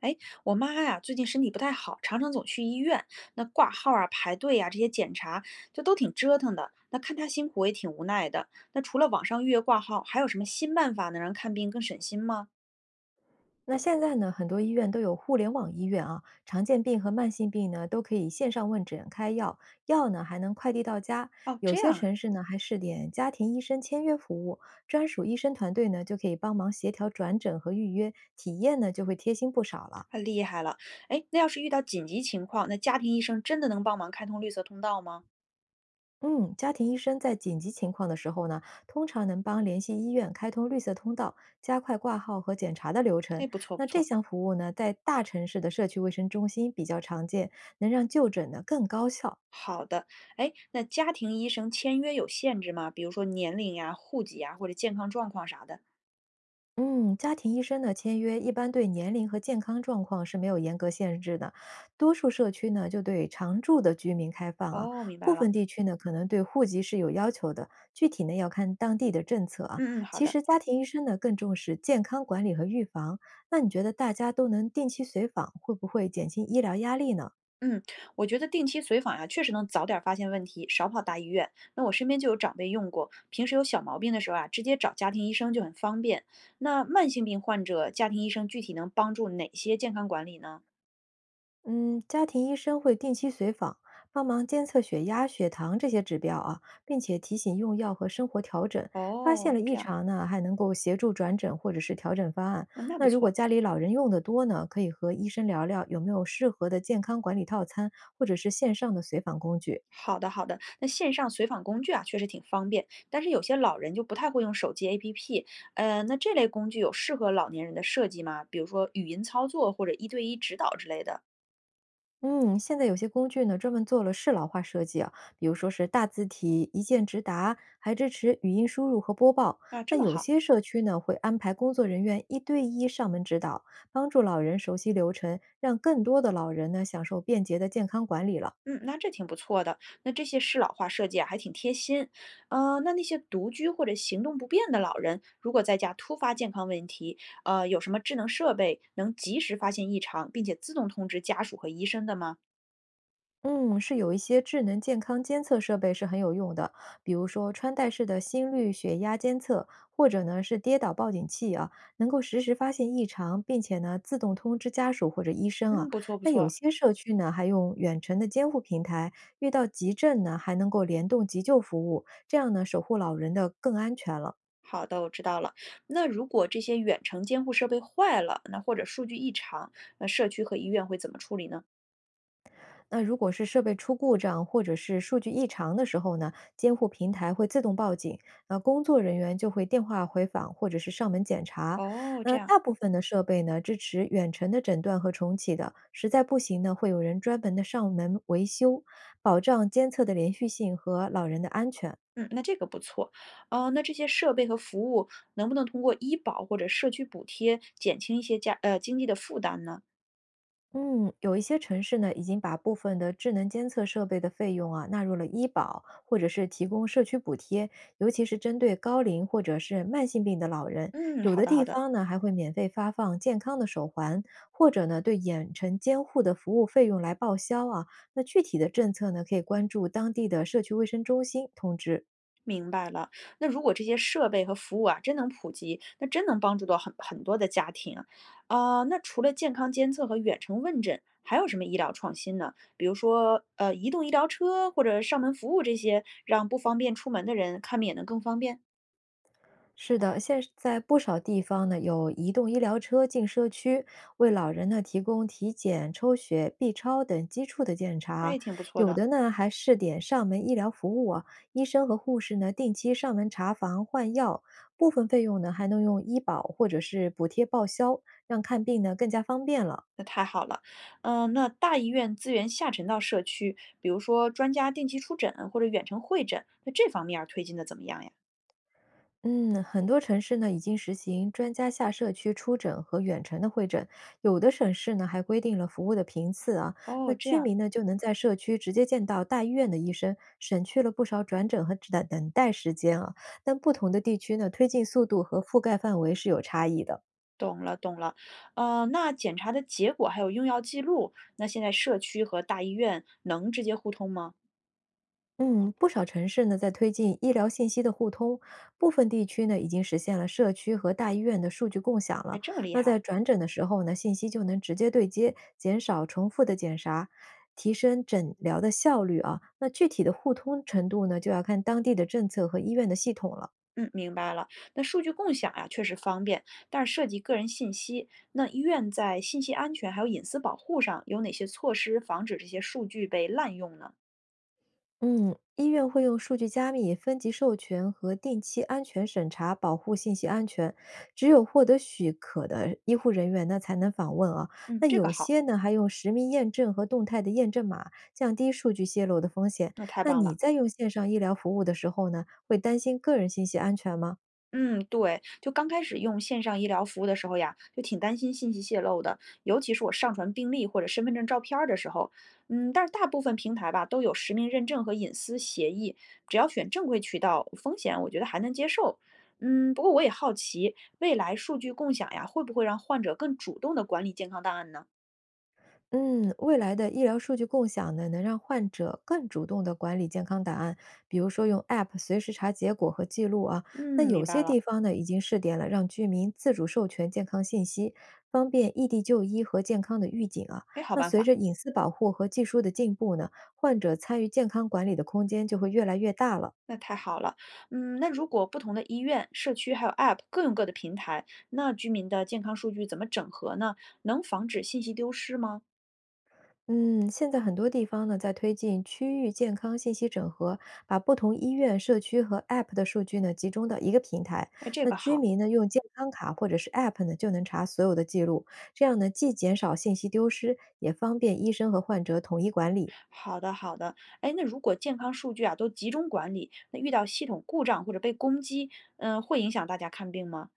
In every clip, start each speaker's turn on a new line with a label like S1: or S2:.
S1: 哎，我妈呀，最近身体不太好，常常总去医院，那挂号啊、排队啊这些检查，就都挺折腾的。那看她辛苦，我也挺无奈的。那除了网上预约挂号，还有什么新办法能让看病更省心吗？
S2: 那现在呢，很多医院都有互联网医院啊，常见病和慢性病呢都可以线上问诊、开药，药呢还能快递到家。
S1: 哦，
S2: 有
S1: 这
S2: 些
S1: 样啊。
S2: 城市呢还试点家庭医生签约服务，专属医生团队呢就可以帮忙协调转诊和预约，体验呢就会贴心不少了。
S1: 太厉害了。哎，那要是遇到紧急情况，那家庭医生真的能帮忙开通绿色通道吗？
S2: 嗯，家庭医生在紧急情况的时候呢，通常能帮联系医院开通绿色通道，加快挂号和检查的流
S1: 哎，
S2: 程。
S1: 不错不
S2: 那这
S1: 错。
S2: 项服务呢，在大城市的社区卫生中心比较常见，能让就诊呢更高效。
S1: 好的。哎，那家庭医生签约有限制吗？比如说年龄呀、户籍呀，或者健康状况啥的。
S2: 嗯，家庭医生的签约一般对年龄和健康状况是没有严格限制的，多数社区呢就对常住的居民开放啊，
S1: 哦，明白
S2: 部
S1: 了。
S2: 分地区呢可能对户籍是有要求的，具体呢要看当地的政策啊。
S1: 嗯嗯，好
S2: 其
S1: 的。
S2: 实家庭医生呢更重视健康管理和预防，那你觉得大家都能定期随访，会不会减轻医疗压力呢？
S1: 嗯，我觉得定期随访呀、确实能早点发现问题，少跑大医院。那我身边就有长辈用过，平时有小毛病的时候啊，直接找家庭医生就很方便。那慢性病患者，家庭医生具体能帮助哪些健康管理呢？
S2: 嗯，家庭医生会定期随访，帮忙监测血压、血糖这些指标啊，并且提醒用药和生活调整。发现
S1: 哦，
S2: 了
S1: 这
S2: 异
S1: 样。
S2: 常呢，还能够协助转诊或者是调整方案。
S1: 嗯，那不
S2: 那如果
S1: 错。
S2: 家里老人用的多呢，可以和医生聊聊有没有适合的健康管理套餐或者是线上的随访工具。
S1: 好的，好的。那线上随访工具啊，确实挺方便，但是有些老人就不太会用手机 APP。那这类工具有适合老年人的设计吗？比如说语音操作或者一对一指导之类的。
S2: 嗯，现在有些工具呢，专门做了适老化设计啊，比如说是大字体一键直达，还支持语音输入和播报。
S1: 啊，这
S2: 那
S1: 么
S2: 有
S1: 好。
S2: 些社区呢，会安排工作人员一对一上门指导，帮助老人熟悉流程，让更多的老人呢享受便捷的健康管理了。
S1: 嗯，那这挺不错的。那这些适老化设计啊，还挺贴心。那那些独居或者行动不便的老人，如果在家突发健康问题，有什么智能设备能及时发现异常，并且自动通知家属和医生的吗？
S2: 嗯，是有一些智能健康监测设备是很有用的，比如说穿戴式的心率、血压监测，或者呢是跌倒报警器啊，能够实时发现异常，并且呢自动通知家属或者医生
S1: 嗯，
S2: 啊。
S1: 不错不
S2: 那有
S1: 错。
S2: 些社区呢还用远程的监护平台，遇到急症呢还能够联动急救服务，这样呢守护老人的更安全了。
S1: 好的，我知道了。那如果这些远程监护设备坏了，那或者数据异常，那社区和医院会怎么处理呢？
S2: 那如果是设备出故障或者是数据异常的时候呢，监护平台会自动报警，那工作人员就会电话回访或者是上门检查。
S1: 哦，这
S2: 那
S1: 样。
S2: 大部分的设备呢支持远程的诊断和重启的，实在不行呢，会有人专门的上门维修，保障监测的连续性和老人的安全。
S1: 嗯，那这个不错。那这些设备和服务能不能通过医保或者社区补贴减轻一些家经济的负担呢？
S2: 嗯，有一些城市呢，已经把部分的智能监测设备的费用啊纳入了医保，或者是提供社区补贴，尤其是针对高龄或者是慢性病的老人。
S1: 嗯，
S2: 有
S1: 好
S2: 的
S1: 的好
S2: 地
S1: 的，
S2: 方呢，还会免费发放健康的手环，或者呢，对远程监护的服务费用来报销啊。那具体的政策呢，可以关注当地的社区卫生中心通知。
S1: 明白了。那如果这些设备和服务啊真能普及，那真能帮助到很多的家庭啊。啊那除了健康监测和远程问诊，还有什么医疗创新呢？比如说移动医疗车或者上门服务这些，让不方便出门的人看病也能更方便。
S2: 是的，现在不少地方呢，有移动医疗车进社区，为老人呢提供体检、抽血、B 超等基础的检
S1: 哎，
S2: 查。
S1: 挺不错
S2: 有
S1: 的哦。
S2: 的呢还试点上门医疗服务啊，医生和护士呢定期上门查房换药，部分费用呢还能用医保或者是补贴报销，让看病呢更加方便了。
S1: 那太好了。嗯，那大医院资源下沉到社区，比如说专家定期出诊或者远程会诊，那这方面儿推进的怎么样呀？
S2: 嗯，很多城市呢已经实行专家下社区出诊和远程的会诊，有的省市呢还规定了服务的频次啊，那
S1: 哦，这
S2: 居
S1: 样。
S2: 民呢就能在社区直接见到大医院的医生，省去了不少转诊和等待时间啊。但不同的地区呢，推进速度和覆盖范围是有差异的。
S1: 懂了懂了。那检查的结果还有用药记录，那现在社区和大医院能直接互通吗？
S2: 嗯，不少城市呢在推进医疗信息的互通，部分地区呢已经实现了社区和大医院的数据共享
S1: 哎，
S2: 了。
S1: 这么厉
S2: 那在
S1: 害。
S2: 转诊的时候呢，信息就能直接对接，减少重复的检查，提升诊疗的效率啊。那具体的互通程度呢，就要看当地的政策和医院的系统了。
S1: 嗯，明白了。那数据共享呀，确实方便，但是涉及个人信息，那医院在信息安全还有隐私保护上有哪些措施，防止这些数据被滥用呢？
S2: 嗯，医院会用数据加密、分级授权和定期安全审查保护信息安全。只有获得许可的医护人员呢，才能访问啊。
S1: 嗯，
S2: 那
S1: 这个
S2: 有
S1: 好。
S2: 些呢，还用实名验证和动态的验证码，降低数据泄露的风险。
S1: 那太
S2: 那
S1: 棒
S2: 你
S1: 了。
S2: 在用线上医疗服务的时候呢，会担心个人信息安全吗？
S1: 嗯，对，就刚开始用线上医疗服务的时候呀，就挺担心信息泄露的，尤其是我上传病历或者身份证照片儿的时候，嗯，但是大部分平台吧都有实名认证和隐私协议，只要选正规渠道，风险我觉得还能接受。嗯，不过我也好奇，未来数据共享呀，会不会让患者更主动的管理健康档案呢？
S2: 嗯，未来的医疗数据共享呢，能让患者更主动地管理健康档案，比如说用 App 随时查结果和记录啊。那
S1: 嗯，明
S2: 有
S1: 白
S2: 些
S1: 了。
S2: 地方呢，已经试点了，让居民自主授权健康信息，方便异地就医和健康的预警啊。
S1: 哎，好
S2: 那
S1: 办
S2: 随
S1: 法。
S2: 着隐私保护和技术的进步呢，患者参与健康管理的空间就会越来越大了。
S1: 那太好了。嗯，那如果不同的医院、社区还有 App 各用各的平台，那居民的健康数据怎么整合呢？能防止信息丢失吗？
S2: 嗯，现在很多地方呢在推进区域健康信息整合，把不同医院、社区和 App 的数据呢集中到一个平台。
S1: 哎，这
S2: 那
S1: 个
S2: 居
S1: 好。
S2: 民呢用健康卡或者是 App 呢就能查所有的记录，这样呢既减少信息丢失，也方便医生和患者统一管理。
S1: 好的，好的。哎，那如果健康数据啊都集中管理，那遇到系统故障或者被攻击，嗯，会影响大家看病吗？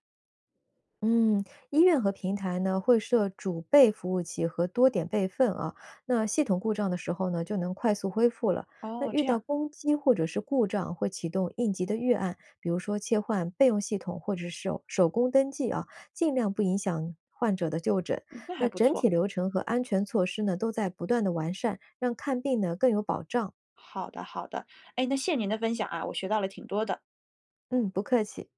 S2: 嗯，医院和平台呢会设主备服务器和多点备份啊，那系统故障的时候呢就能快速恢复了。那
S1: 哦，
S2: 遇
S1: 这
S2: 到
S1: 样。
S2: 攻击或者是故障，会启动应急的预案，比如说切换备用系统或者是手工登记啊，尽量不影响患者的就诊。
S1: 嗯那还
S2: 那
S1: 不
S2: 整
S1: 错。
S2: 体流程和安全措施呢都在不断的完善，让看病呢更有保障。
S1: 好的，好的。哎，那谢谢您的分享啊，我学到了挺多的。
S2: 嗯，不客气。